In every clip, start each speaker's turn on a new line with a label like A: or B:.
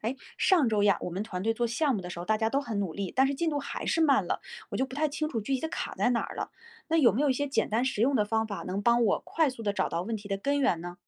A: 哎，上周呀，我们团队做项目的时候，大家都很努力，但是进度还是慢了，我就不太清楚具体的卡在哪儿了。那有没有一些简单实用的方法，能帮我快速的找到问题的根源呢？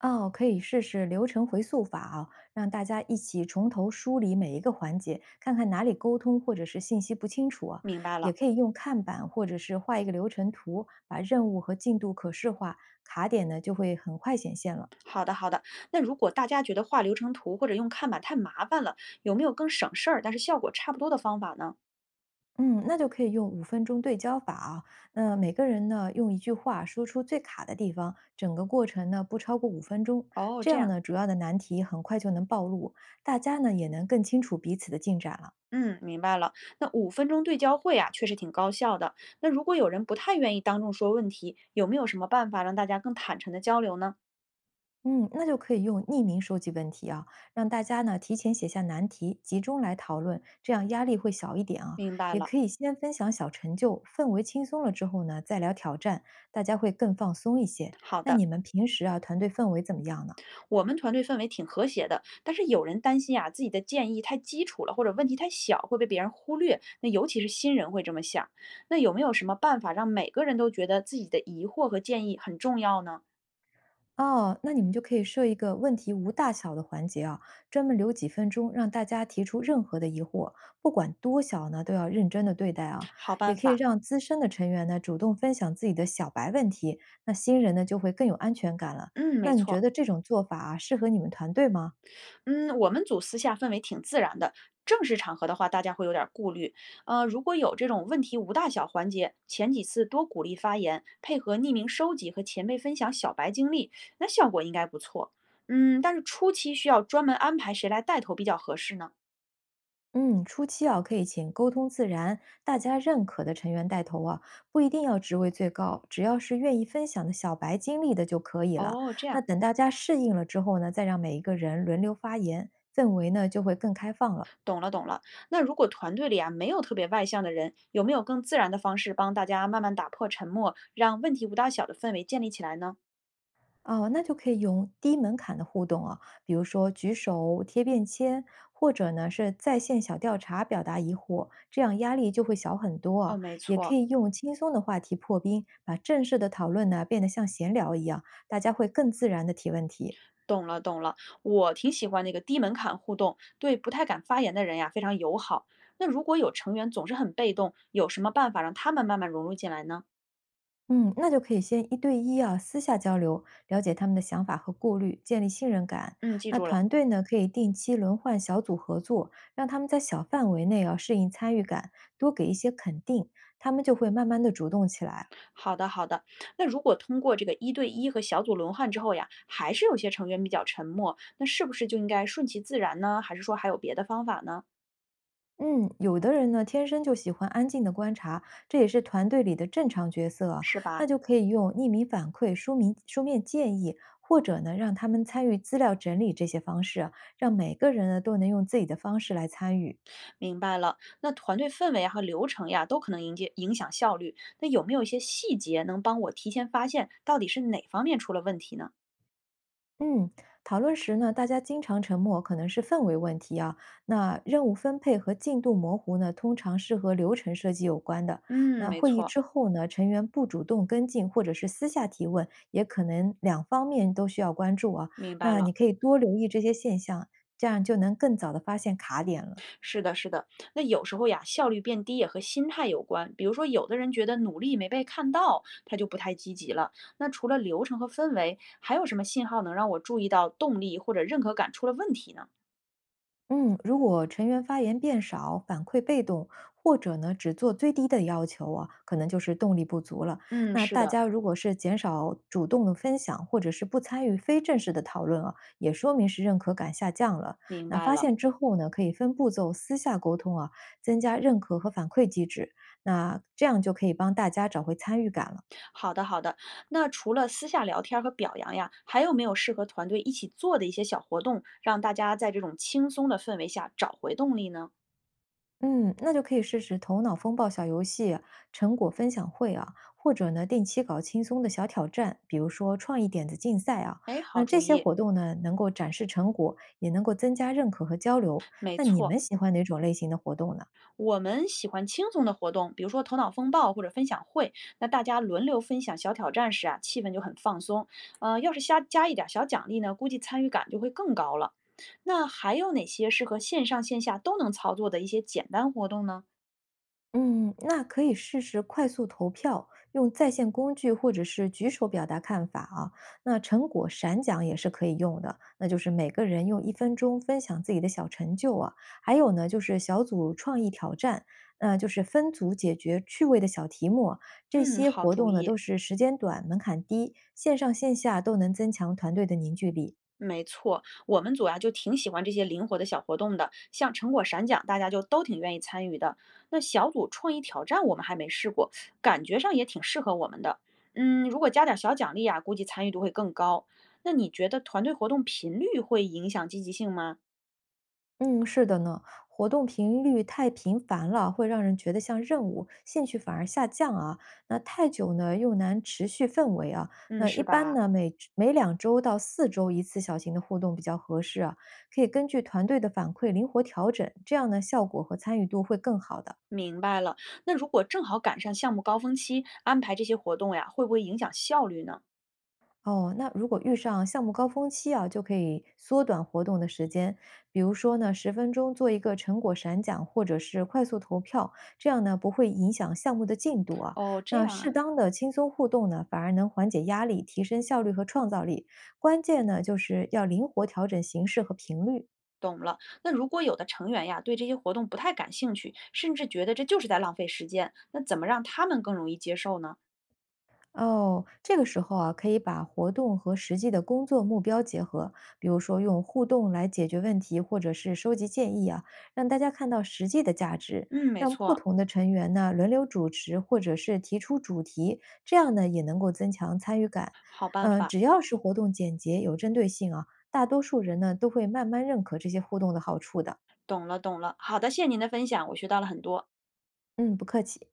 B: 哦，可以试试流程回溯法啊，让大家一起从头梳理每一个环节，看看哪里沟通或者是信息不清楚啊。
A: 明白
B: 也
A: 了，
B: 可以用看板或者是画一个流程图，把任务和进度可视化，卡点呢就会很快显现了。
A: 好的好的。那如果大家觉得画流程图或者用看板太麻烦了，有没有更省事儿但是效果差不多的方法呢？
B: 嗯，那就可以用五分钟对焦法啊。那每个人呢用一句话说出最卡的地方，整个过程呢不超过五分钟，
A: 哦，
B: 这
A: 这
B: 样
A: 样。
B: 呢主要的难题很快就能暴露，大家呢也能更清楚彼此的进展了。
A: 嗯，明白了。那5分钟对焦会啊，确实挺高效的。那如果有人不太愿意当众说问题，有没有什么办法让大家更坦诚的交流呢？
B: 嗯，那就可以用匿名收集问题啊，让大家呢提前写下难题，集中来讨论，这样压力会小一点啊。
A: 明白
B: 也
A: 了，
B: 可以先分享小成就，氛围轻松了之后呢，再聊挑战，大家会更放松一些。
A: 好
B: 那
A: 的。
B: 你们平时啊，团队氛围怎么样呢？
A: 我们团队氛围挺和谐的，但是有人担心啊，自己的建议太基础了，或者问题太小，会被别人忽略。那尤其是新人会这么想。那有没有什么办法让每个人都觉得自己的疑惑和建议很重要呢？
B: 哦，那你们就可以设一个问题无大小的环节啊，专门留几分钟让大家提出任何的疑惑，不管多小呢，都要认真的对待啊。
A: 好
B: 也
A: 办
B: 可以
A: 法，
B: 让资深的成员呢主动分享自己的小白问题，那新人呢就会更有安全感了。
A: 嗯，没
B: 那你觉
A: 错。
B: 得这种做法啊，适合你们团队吗？
A: 嗯，我们组私下氛围挺自然的，正式场合的话，大家会有点儿顾虑。如果有这种问题无大小环节，前几次多鼓励发言，配合匿名收集和前辈分享小白经历，那效果应该不错。嗯，但是初期需要专门安排谁来带头比较合适呢？
B: 嗯，初期啊，可以请沟通自然、大家认可的成员带头啊，不一定要职位最高，只要是愿意分享的小白经历的就可以了。
A: 哦，这
B: 那
A: 样，
B: 等大家适应了之后呢，再让每一个人轮流发言，氛围呢就会更开放了。
A: 懂了懂了。那如果团队里啊没有特别外向的人，有没有更自然的方式帮大家慢慢打破沉默，让问题无大小的氛围建立起来呢？
B: 哦，那就可以用低门槛的互动啊，比如说举手、贴便签，或者呢是在线小调查表达疑惑，这样压力就会小很多
A: 哦，
B: 啊。
A: 没
B: 也可
A: 错，
B: 以用轻松的话题破冰，把正式的讨论呢变得像闲聊一样，大家会更自然的提问题。
A: 懂了，懂了，我挺喜欢那个低门槛互动，对不太敢发言的人呀，非常友好。那如果有成员总是很被动，有什么办法让他们慢慢融入进来呢？
B: 嗯，那就可以先一对一啊，私下交流，了解他们的想法和顾虑，建立信任感。
A: 嗯，记
B: 那
A: 住了。
B: 团队呢，可以定期轮换小组合作，让他们在小范围内啊适应参与感，多给一些肯定，他们就会慢慢的主动起来。
A: 好的，好的。那如果通过这个1对1和小组轮换之后呀，还是有些成员比较沉默，那是不是就应该顺其自然呢？还是说还有别的方法呢？
B: 嗯，有的人呢，天生就喜欢安静的观察，这也是团队里的正常角色啊。
A: 是
B: 那
A: 吧？
B: 就可以用匿名反馈、书名书面建议，或者呢，让他们参与资料整理这些方式啊让每个人呢都能用自己的方式来参与。
A: 明白了。那团队氛围啊和流程呀，都可能迎接影响效率。那有没有一些细节能帮我提前发现到底是哪方面出了问题呢？
B: 嗯，讨论时呢，大家经常沉默，可能是氛围问题啊。那任务分配和进度模糊呢，通常是和流程设计有关的。
A: 嗯，
B: 那
A: 没
B: 会议
A: 错，
B: 之后呢，成员不主动跟进或者是私下提问，也可能两方面都需要关注啊。
A: 明白
B: 那你
A: 了。
B: 可以多留意这些现象，这样就能更早的发现卡点了。
A: 是的，是的。那有时候呀，效率变低也和心态有关。比如说，有的人觉得努力没被看到，他就不太积极了。那除了流程和氛围，还有什么信号能让我注意到动力或者认可感出了问题呢？
B: 嗯，如果成员发言变少，反馈被动，或者呢只做最低的要求啊，可能就是动力不足了。
A: 嗯，
B: 那
A: 是
B: 大
A: 的，
B: 家如果是减少主动的分享，或者是不参与非正式的讨论啊，也说明是认可感下降了。
A: 明
B: 那
A: 白
B: 发
A: 了。
B: 现之后呢，可以分步骤私下沟通啊，增加认可和反馈机制。那这样就可以帮大家找回参与感了。
A: 好的，好的。那除了私下聊天儿和表扬呀，还有没有适合团队一起做的一些小活动，让大家在这种轻松的氛围下找回动力呢？
B: 嗯，那就可以试试头脑风暴小游戏、成果分享会啊，或者呢定期搞轻松的小挑战，比如说创意点子竞赛啊。
A: 哎，好
B: 那
A: 主
B: 这些
A: 意，
B: 活动呢，能够展示成果，也能够增加认可和交流。
A: 没
B: 那你
A: 错。
B: 们喜欢哪种类型的活动呢？
A: 我们喜欢轻松的活动，比如说头脑风暴或者分享会。那大家轮流分享小挑战时啊，气氛就很放松。要是瞎加一点小奖励呢，估计参与感就会更高了。那还有哪些适合线上线下都能操作的一些简单活动呢？
B: 嗯，那可以试试快速投票，用在线工具或者是举手表达看法啊。那成果闪奖也是可以用的，那就是每个人用1分钟分享自己的小成就啊。还有呢，就是小组创意挑战，那就是分组解决趣味的小题目啊这
A: 嗯，
B: 些
A: 好
B: 活
A: 主
B: 动呢，
A: 意。
B: 都是时间短、门槛低，线上线下都能增强团队的凝聚力。
A: 没错，我们组呀就挺喜欢这些灵活的小活动的，像成果闪讲，大家就都挺愿意参与的。那小组创意挑战我们还没试过，感觉上也挺适合我们的。嗯，如果加点儿小奖励啊，估计参与度会更高。那你觉得团队活动频率会影响积极性吗？
B: 嗯，是的呢，活动频率太频繁了，会让人觉得像任务，兴趣反而下降啊。那太久呢，又难持续氛围啊。
A: 嗯，
B: 那一
A: 是
B: 般
A: 吧？
B: 呢，每2周到4周一次小型的互动比较合适啊，可以根据团队的反馈灵活调整，这样呢，效果和参与度会更好的。
A: 明白了。那如果正好赶上项目高峰期，安排这些活动呀，会不会影响效率呢？
B: 哦，那如果遇上项目高峰期啊，就可以缩短活动的时间，比如说呢，10分钟做一个成果闪讲，或者是快速投票，这样呢不会影响项目的进度啊。
A: 哦，这
B: 那
A: 样啊。
B: 适当的轻松互动呢，反而能缓解压力，提升效率和创造力。关键呢就是要灵活调整形式和频率。
A: 懂了。那如果有的成员呀，对这些活动不太感兴趣，甚至觉得这就是在浪费时间，那怎么让他们更容易接受呢？
B: 哦，这个时候啊，可以把活动和实际的工作目标结合，比如说用互动来解决问题，或者是收集建议啊，让大家看到实际的价值，
A: 嗯，没
B: 让不
A: 错，
B: 同的成员呢轮流主持，或者是提出主题，这样呢也能够增强参与感。
A: 好办
B: 嗯，
A: 法。
B: 只要是活动简洁、有针对性啊，大多数人呢都会慢慢认可这些互动的好处的。
A: 懂了，懂了。好的，谢谢您的分享，我学到了很多。
B: 嗯，不客气。